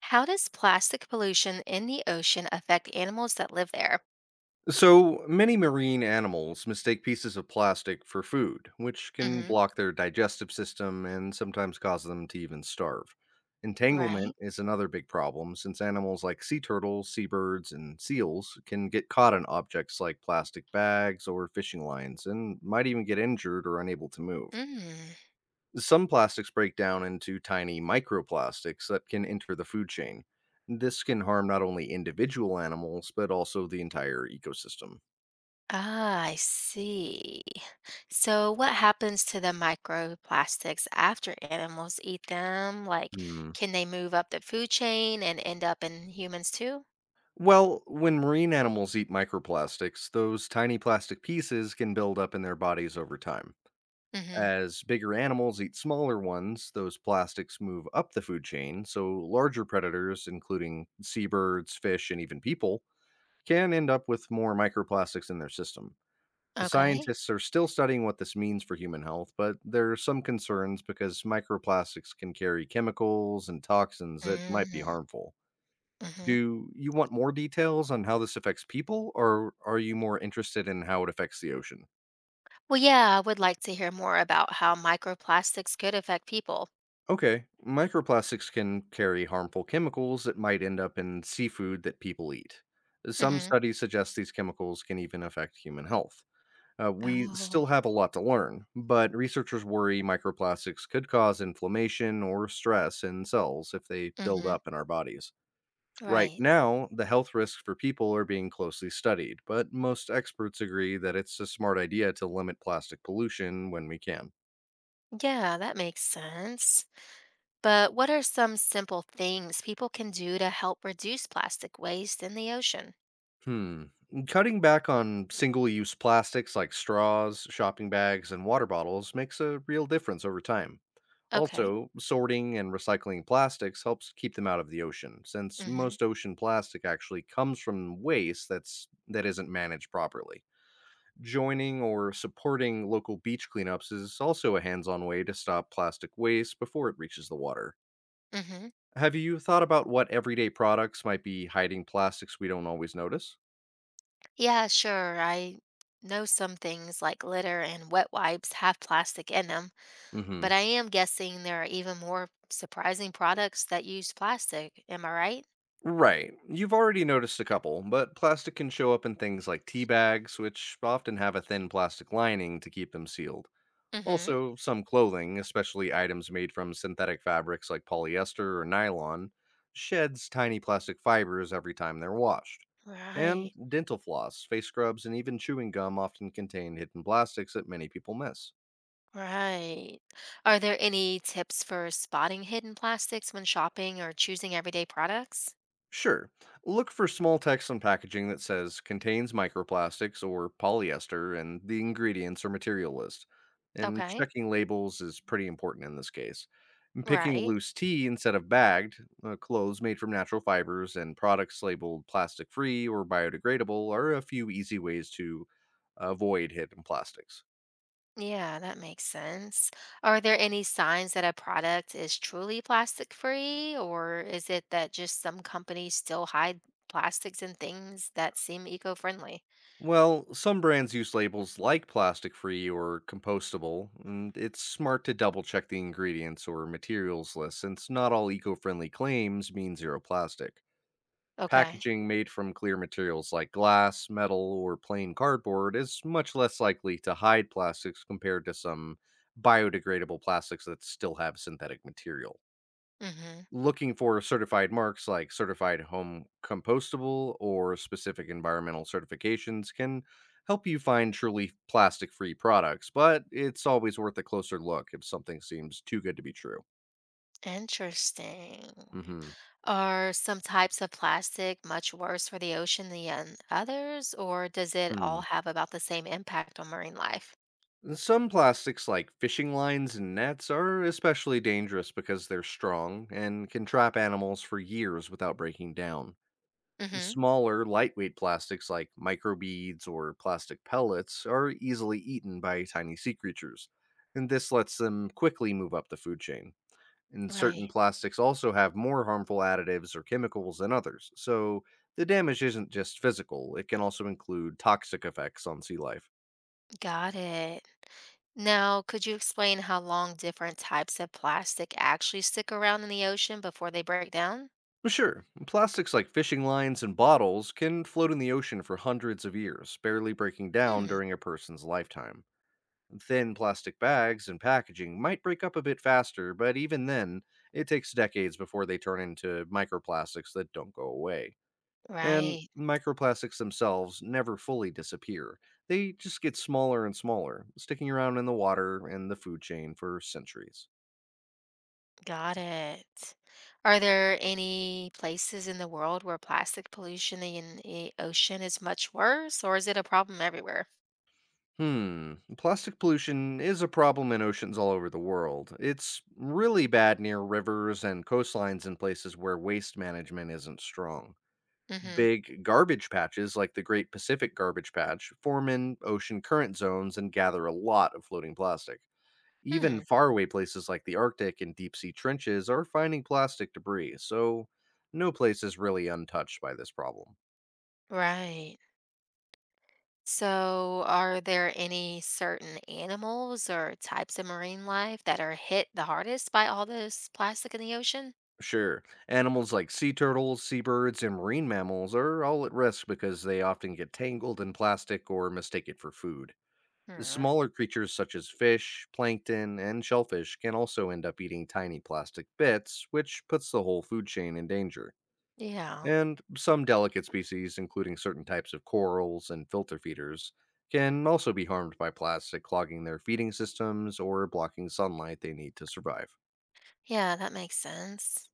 How does plastic pollution in the ocean affect animals that live there? So many marine animals mistake pieces of plastic for food, which can hmm block their digestive system and sometimes cause them to even starve. Entanglement Right. is another big problem since animals like sea turtles, seabirds, and seals can get caught in objects like plastic bags or fishing lines and might even get injured or unable to move. Mm. Some plastics break down into tiny microplastics that can enter the food chain. This can harm not only individual animals, but also the entire ecosystem. Ah, I see. So, what happens to the microplastics after animals eat them? Like, Hmm. can they move up the food chain and end up in humans too? Well, when marine animals eat microplastics, those tiny plastic pieces can build up in their bodies over time. hmm As bigger animals eat smaller ones, those plastics move up the food chain, so larger predators, including seabirds, fish, and even people, can end up with more microplastics in their system. The Okay. scientists are still studying what this means for human health, but there are some concerns because microplastics can carry chemicals and toxins that might be Mm-hmm. harmful. hmm Do you want more details on how this affects people, or are you more interested in how it affects the ocean? Well, yeah, I would like to hear more about how microplastics could affect people. Okay, microplastics can carry harmful chemicals that might end up in seafood that people eat. Some hmm studies suggest these chemicals can even affect human health. We still Oh. have a lot to learn, but researchers worry microplastics could cause inflammation or stress in cells if they build hmm up in our bodies. Right Right. now, the health risks for people are being closely studied, but most experts agree that it's a smart idea to limit plastic pollution when we can. Yeah, that makes sense. But what are some simple things people can do to help reduce plastic waste in the ocean? Hmm. Cutting back on single use plastics like straws, shopping bags, and water bottles makes a real difference over time. Okay. Also, sorting and recycling plastics helps keep them out of the ocean, since Mm-hmm. most ocean plastic actually comes from waste that isn't managed properly. Joining or supporting local beach cleanups is also a hands on way to stop plastic waste before it reaches the water. Mm-hmm. Have you thought about what everyday products might be hiding plastics we don't always notice? Yeah, sure. I know some things like litter and wet wipes have plastic in them, Hmm. but I am guessing there are even more surprising products that use plastic. Am I right? Right. You've already noticed a couple, but plastic can show up in things like tea bags, which often have a thin plastic lining to keep them sealed. Mm-hmm. Also, some clothing, especially items made from synthetic fabrics like polyester or nylon, sheds tiny plastic fibers every time they're washed. And Right. dental floss, face scrubs, and even chewing gum often contain hidden plastics that many people miss. Right. Are there any tips for spotting hidden plastics when shopping or choosing everyday products? Sure. Look for small text on packaging that says contains microplastics or polyester and the ingredients or material list. And Okay. checking labels is pretty important in this case. And picking Right. loose tea instead of bagged, clothes made from natural fibers, and products labeled plastic free or biodegradable are a few easy ways to avoid hidden plastics. Yeah, that makes sense. Are there any signs that a product is truly plastic free, or is it that just some companies still hide plastics and things that seem eco-friendly? Well, some brands use labels like plastic free or compostable, and it's smart to double check the ingredients or materials list since not all eco friendly claims mean zero plastic. Okay. Packaging made from clear materials like glass, metal, or plain cardboard is much less likely to hide plastics compared to some biodegradable plastics that still have synthetic material. Mm-hmm. Looking for certified marks like certified home compostable or specific environmental certifications can help you find truly plastic free products, but it's always worth a closer look if something seems too good to be true. Interesting. Hmm. Are some types of plastic much worse for the ocean than others, or does it all Hmm. have about the same impact on marine life? And some plastics, like fishing lines and nets, are especially dangerous because they're strong and can trap animals for years without breaking down. Mm-hmm. Smaller, lightweight plastics like microbeads or plastic pellets are easily eaten by tiny sea creatures, and this lets them quickly move up the food chain. And certain Right. plastics also have more harmful additives or chemicals than others, so the damage isn't just physical, it can also include toxic effects on sea life. Got it. Now, could you explain how long different types of plastic actually stick around in the ocean before they break down? Sure, plastics like fishing lines and bottles can float in the ocean for hundreds of years, barely breaking down Hmm. during a person's lifetime. Thin plastic bags and packaging might break up a bit faster, but even then, it takes decades before they turn into microplastics that don't go away. And Right, microplastics themselves never fully disappear. They just get smaller and smaller, sticking around in the water and the food chain for centuries. got it. Are there any places in the world where plastic pollution in the ocean is much worse, or is it a problem everywhere? Hmm. Plastic pollution is a problem in oceans all over the world. It's really bad near rivers and coastlines in places where waste management isn't strong. hmm Big garbage patches like the Great Pacific Garbage Patch form in ocean current zones and gather a lot of floating plastic. Even Hmm. faraway places like the Arctic and deep sea trenches are finding plastic debris, so no place is really untouched by this problem. Right. So, are there any certain animals or types of marine life that are hit the hardest by all this plastic in the ocean? Sure, animals like sea turtles, seabirds, and marine mammals are all at risk because they often get tangled in plastic or mistake it for food. Hmm. Smaller creatures such as fish, plankton, and shellfish can also end up eating tiny plastic bits, which puts the whole food chain in danger. Yeah. And some delicate species, including certain types of corals and filter feeders, can also be harmed by plastic clogging their feeding systems or blocking sunlight they need to survive. Yeah, that makes sense.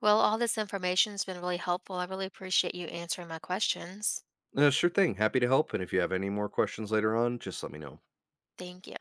Well, all this information's been really helpful. I really appreciate you answering my questions. Sure thing, happy to help. And if you have any more questions later on, just let me know. Thank you.